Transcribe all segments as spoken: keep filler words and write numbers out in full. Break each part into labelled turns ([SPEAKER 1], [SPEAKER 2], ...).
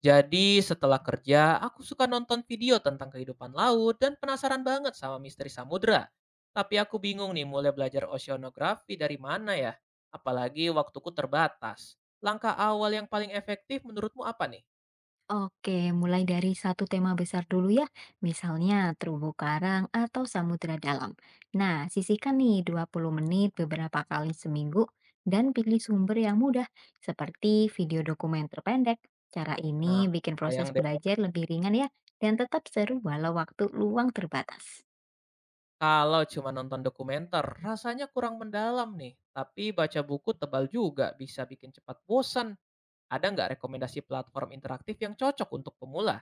[SPEAKER 1] Jadi setelah kerja, aku suka nonton video tentang kehidupan laut dan penasaran banget sama misteri samudra. Tapi aku bingung nih mulai belajar oceanografi dari mana ya? Apalagi waktuku terbatas. Langkah awal yang paling efektif menurutmu apa nih?
[SPEAKER 2] Oke, mulai dari satu tema besar dulu ya, misalnya terumbu karang atau samudra dalam. Nah, sisihkan nih dua puluh menit beberapa kali seminggu dan pilih sumber yang mudah, seperti video dokumenter pendek. Cara
[SPEAKER 1] Nah,
[SPEAKER 2] ini bikin
[SPEAKER 1] sayang
[SPEAKER 2] proses
[SPEAKER 1] deh.
[SPEAKER 2] belajar lebih ringan ya, dan tetap seru walau waktu luang terbatas.
[SPEAKER 1] Kalau cuma nonton dokumenter, rasanya kurang mendalam nih. Tapi baca buku tebal juga bisa bikin cepat bosan. Ada nggak rekomendasi platform interaktif yang cocok untuk pemula?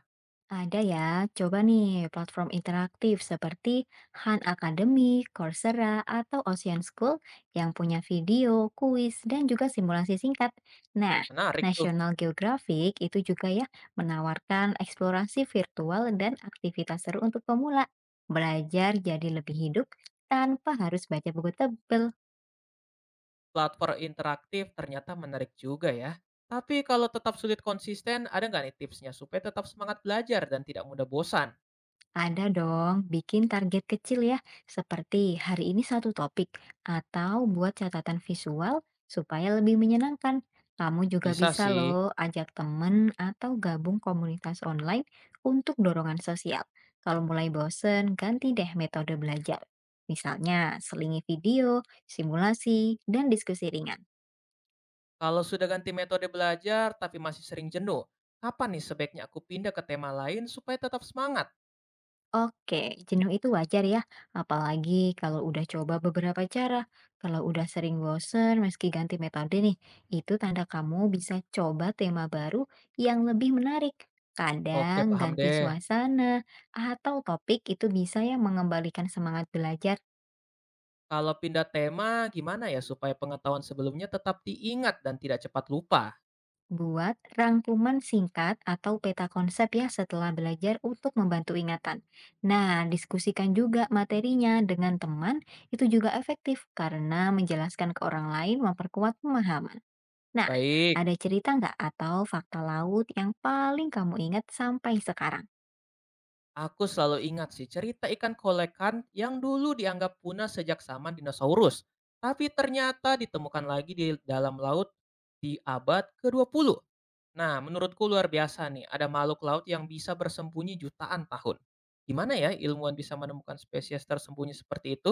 [SPEAKER 2] Ada ya, coba nih platform interaktif seperti Han Academy, Coursera, atau Ocean School yang punya video, kuis, dan juga simulasi singkat. Nah,
[SPEAKER 1] Menarik tuh.
[SPEAKER 2] National Geographic itu juga ya menawarkan eksplorasi virtual dan aktivitas seru untuk pemula. Belajar jadi lebih hidup tanpa harus baca buku tebel.
[SPEAKER 1] Platform interaktif ternyata menarik juga ya. Tapi kalau tetap sulit konsisten, ada nggak nih tipsnya supaya tetap semangat belajar dan tidak mudah bosan?
[SPEAKER 2] Ada dong, bikin target kecil ya, seperti hari ini satu topik, atau buat catatan visual supaya lebih menyenangkan. Kamu juga
[SPEAKER 1] Bisa
[SPEAKER 2] bisa
[SPEAKER 1] sih.
[SPEAKER 2] loh ajak temen atau gabung komunitas online untuk dorongan sosial. Kalau mulai bosen, ganti deh metode belajar. Misalnya, selingi video, simulasi, dan diskusi ringan.
[SPEAKER 1] Kalau sudah ganti metode belajar tapi masih sering jenuh, kapan nih sebaiknya aku pindah ke tema lain supaya tetap semangat?
[SPEAKER 2] Oke, jenuh itu wajar ya, apalagi kalau udah coba beberapa cara. Kalau udah sering bosen meski ganti metode nih, itu tanda kamu bisa coba tema baru yang lebih menarik.
[SPEAKER 1] Oke,
[SPEAKER 2] Kadang
[SPEAKER 1] paham
[SPEAKER 2] ganti
[SPEAKER 1] deh.
[SPEAKER 2] suasana atau topik itu bisa ya mengembalikan semangat belajar.
[SPEAKER 1] Kalau pindah tema, gimana ya supaya pengetahuan sebelumnya tetap diingat dan tidak cepat lupa?
[SPEAKER 2] Buat rangkuman singkat atau peta konsep ya setelah belajar untuk membantu ingatan. Nah, diskusikan juga materinya dengan teman, itu juga efektif karena menjelaskan ke orang lain memperkuat pemahaman. Nah,
[SPEAKER 1] Baik.
[SPEAKER 2] ada cerita nggak atau fakta laut yang paling kamu ingat sampai sekarang?
[SPEAKER 1] Aku selalu ingat sih cerita ikan kolekan yang dulu dianggap punah sejak zaman dinosaurus, tapi ternyata ditemukan lagi di dalam laut di abad ke dua puluh. Nah, menurutku luar biasa nih, ada makhluk laut yang bisa bersembunyi jutaan tahun. Gimana ya ilmuwan bisa menemukan spesies tersembunyi seperti itu?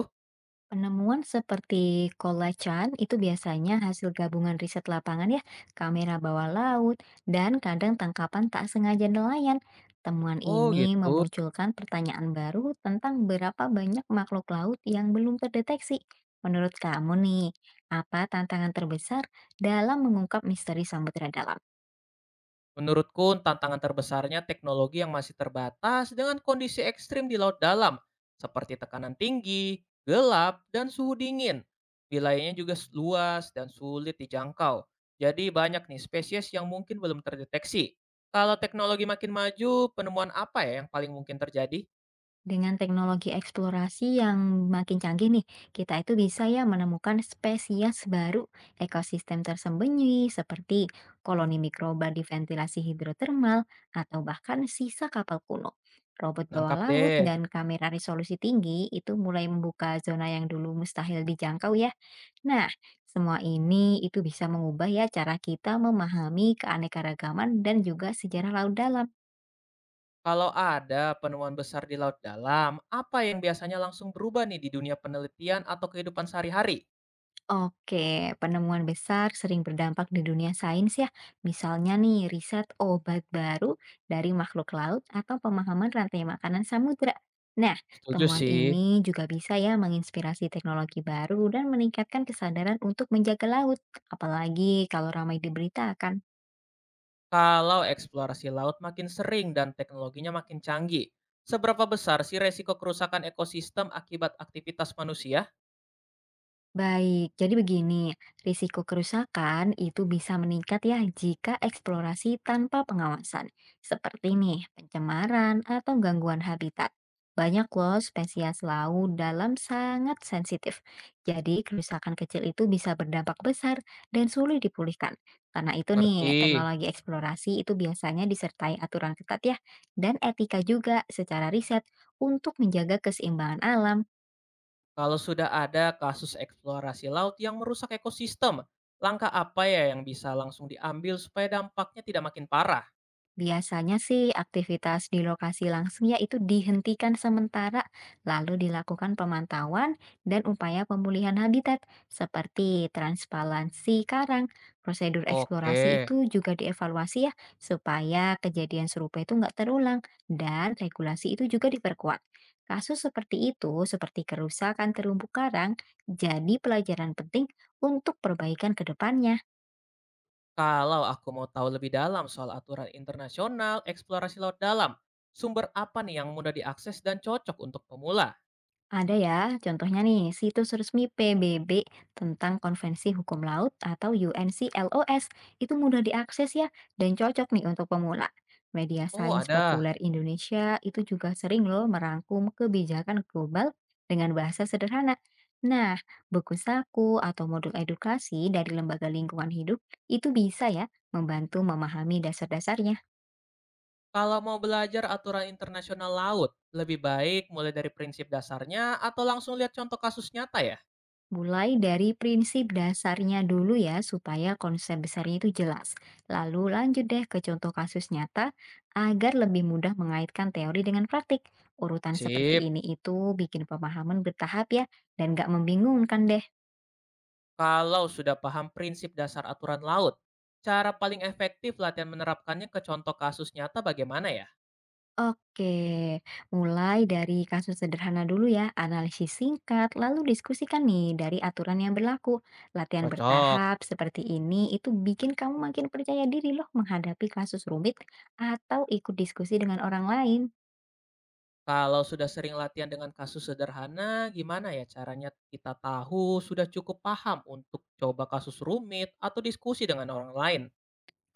[SPEAKER 2] Penemuan seperti kolacan itu biasanya hasil gabungan riset lapangan ya, kamera bawah laut, dan kadang tangkapan tak sengaja nelayan. Temuan
[SPEAKER 1] Oh
[SPEAKER 2] ini
[SPEAKER 1] gitu.
[SPEAKER 2] memunculkan pertanyaan baru tentang berapa banyak makhluk laut yang belum terdeteksi. Menurut kamu nih, apa tantangan terbesar dalam mengungkap misteri samudera dalam?
[SPEAKER 1] Menurutku, tantangan terbesarnya teknologi yang masih terbatas dengan kondisi ekstrim di laut dalam, seperti tekanan tinggi, gelap, dan suhu dingin. Wilayahnya juga s- luas dan sulit dijangkau. Jadi banyak nih spesies yang mungkin belum terdeteksi. Kalau teknologi makin maju, penemuan apa ya yang paling mungkin terjadi?
[SPEAKER 2] Dengan teknologi eksplorasi yang makin canggih nih, kita itu bisa ya menemukan spesies baru, ekosistem tersembunyi seperti koloni mikroba di ventilasi hidrotermal atau bahkan sisa kapal kuno. Robot bawah
[SPEAKER 1] Nangkap
[SPEAKER 2] laut
[SPEAKER 1] deh.
[SPEAKER 2] dan kamera resolusi tinggi itu mulai membuka zona yang dulu mustahil dijangkau ya. Nah, semua ini itu bisa mengubah ya cara kita memahami keanekaragaman dan juga sejarah laut dalam.
[SPEAKER 1] Kalau ada penemuan besar di laut dalam, apa yang biasanya langsung berubah nih di dunia penelitian atau kehidupan sehari-hari?
[SPEAKER 2] Oke, penemuan besar sering berdampak di dunia sains ya. Misalnya nih, riset obat baru dari makhluk laut atau pemahaman rantai makanan samudra. Nah,
[SPEAKER 1] Setuju
[SPEAKER 2] temuan
[SPEAKER 1] sih.
[SPEAKER 2] ini juga bisa ya menginspirasi teknologi baru dan meningkatkan kesadaran untuk menjaga laut, apalagi kalau ramai diberitakan.
[SPEAKER 1] Kalau eksplorasi laut makin sering dan teknologinya makin canggih, seberapa besar sih resiko kerusakan ekosistem akibat aktivitas manusia?
[SPEAKER 2] Baik, jadi begini, risiko kerusakan itu bisa meningkat ya jika eksplorasi tanpa pengawasan, seperti nih pencemaran atau gangguan habitat. Banyak loh spesies laut dalam sangat sensitif. Jadi kerusakan kecil itu bisa berdampak besar dan sulit dipulihkan. Karena itu
[SPEAKER 1] Ngerti.
[SPEAKER 2] nih, teknologi eksplorasi itu biasanya disertai aturan ketat ya, dan etika juga secara riset untuk menjaga keseimbangan alam.
[SPEAKER 1] Kalau sudah ada kasus eksplorasi laut yang merusak ekosistem, langkah apa ya yang bisa langsung diambil supaya dampaknya tidak makin parah?
[SPEAKER 2] Biasanya sih aktivitas di lokasi langsungnya itu dihentikan sementara, lalu dilakukan pemantauan dan upaya pemulihan habitat seperti transparansi karang. Prosedur eksplorasi
[SPEAKER 1] Oke.
[SPEAKER 2] itu juga dievaluasi ya, supaya kejadian serupa itu nggak terulang dan regulasi itu juga diperkuat. Kasus seperti itu, seperti kerusakan terumbu karang, jadi pelajaran penting untuk perbaikan ke depannya.
[SPEAKER 1] Kalau aku mau tahu lebih dalam soal aturan internasional eksplorasi laut dalam, sumber apa nih yang mudah diakses dan cocok untuk pemula?
[SPEAKER 2] Ada ya, contohnya nih, situs resmi P B B tentang Konvensi Hukum Laut atau UNCLOS itu mudah diakses ya dan cocok nih untuk pemula. Media
[SPEAKER 1] Oh,
[SPEAKER 2] sains
[SPEAKER 1] ada.
[SPEAKER 2] populer Indonesia itu juga sering loh merangkum kebijakan global dengan bahasa sederhana. Nah, buku saku atau modul edukasi dari lembaga lingkungan hidup itu bisa ya membantu memahami dasar-dasarnya.
[SPEAKER 1] Kalau mau belajar aturan internasional laut, lebih baik mulai dari prinsip dasarnya atau langsung lihat contoh kasus nyata ya?
[SPEAKER 2] Mulai dari prinsip dasarnya dulu ya, supaya konsep besarnya itu jelas. Lalu lanjut deh ke contoh kasus nyata agar lebih mudah mengaitkan teori dengan praktik. Urutan seperti
[SPEAKER 1] Sip.
[SPEAKER 2] ini itu bikin pemahaman bertahap ya, dan gak membingungkan deh.
[SPEAKER 1] Kalau sudah paham prinsip dasar aturan laut, cara paling efektif latihan menerapkannya ke contoh kasus nyata bagaimana ya?
[SPEAKER 2] Oke, mulai dari kasus sederhana dulu ya, analisis singkat, lalu diskusikan nih dari aturan yang berlaku. Latihan
[SPEAKER 1] Cocok.
[SPEAKER 2] bertahap seperti ini itu bikin kamu makin percaya diri loh menghadapi kasus rumit atau ikut diskusi dengan orang lain.
[SPEAKER 1] Kalau sudah sering latihan dengan kasus sederhana, gimana ya caranya kita tahu sudah cukup paham untuk coba kasus rumit atau diskusi dengan orang lain?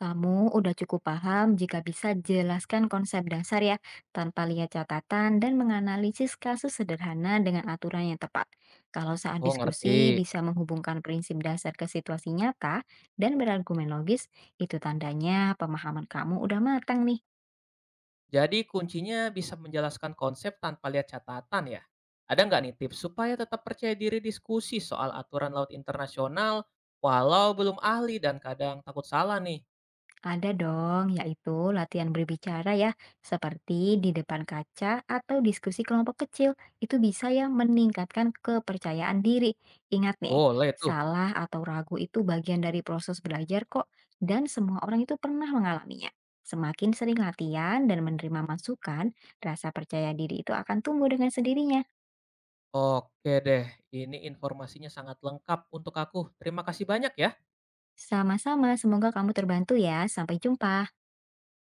[SPEAKER 2] Kamu udah cukup paham jika bisa jelaskan konsep dasar ya, tanpa lihat catatan dan menganalisis kasus sederhana dengan aturan yang tepat. Kalau saat
[SPEAKER 1] Oh, ngerti.
[SPEAKER 2] diskusi bisa menghubungkan prinsip dasar ke situasi nyata dan berargumen logis, itu tandanya pemahaman kamu udah matang nih.
[SPEAKER 1] Jadi kuncinya bisa menjelaskan konsep tanpa lihat catatan ya. Ada nggak nih tips supaya tetap percaya diri diskusi soal aturan laut internasional walau belum ahli dan kadang takut salah nih?
[SPEAKER 2] Ada dong, yaitu latihan berbicara ya, seperti di depan kaca atau diskusi kelompok kecil. Itu bisa ya meningkatkan kepercayaan diri. Ingat nih,
[SPEAKER 1] Boleh tuh.
[SPEAKER 2] salah atau ragu itu bagian dari proses belajar kok, dan semua orang itu pernah mengalaminya. Semakin sering latihan dan menerima masukan, rasa percaya diri itu akan tumbuh dengan sendirinya.
[SPEAKER 1] Oke deh, ini informasinya sangat lengkap untuk aku. Terima kasih banyak ya.
[SPEAKER 2] Sama-sama, semoga kamu terbantu ya. Sampai jumpa.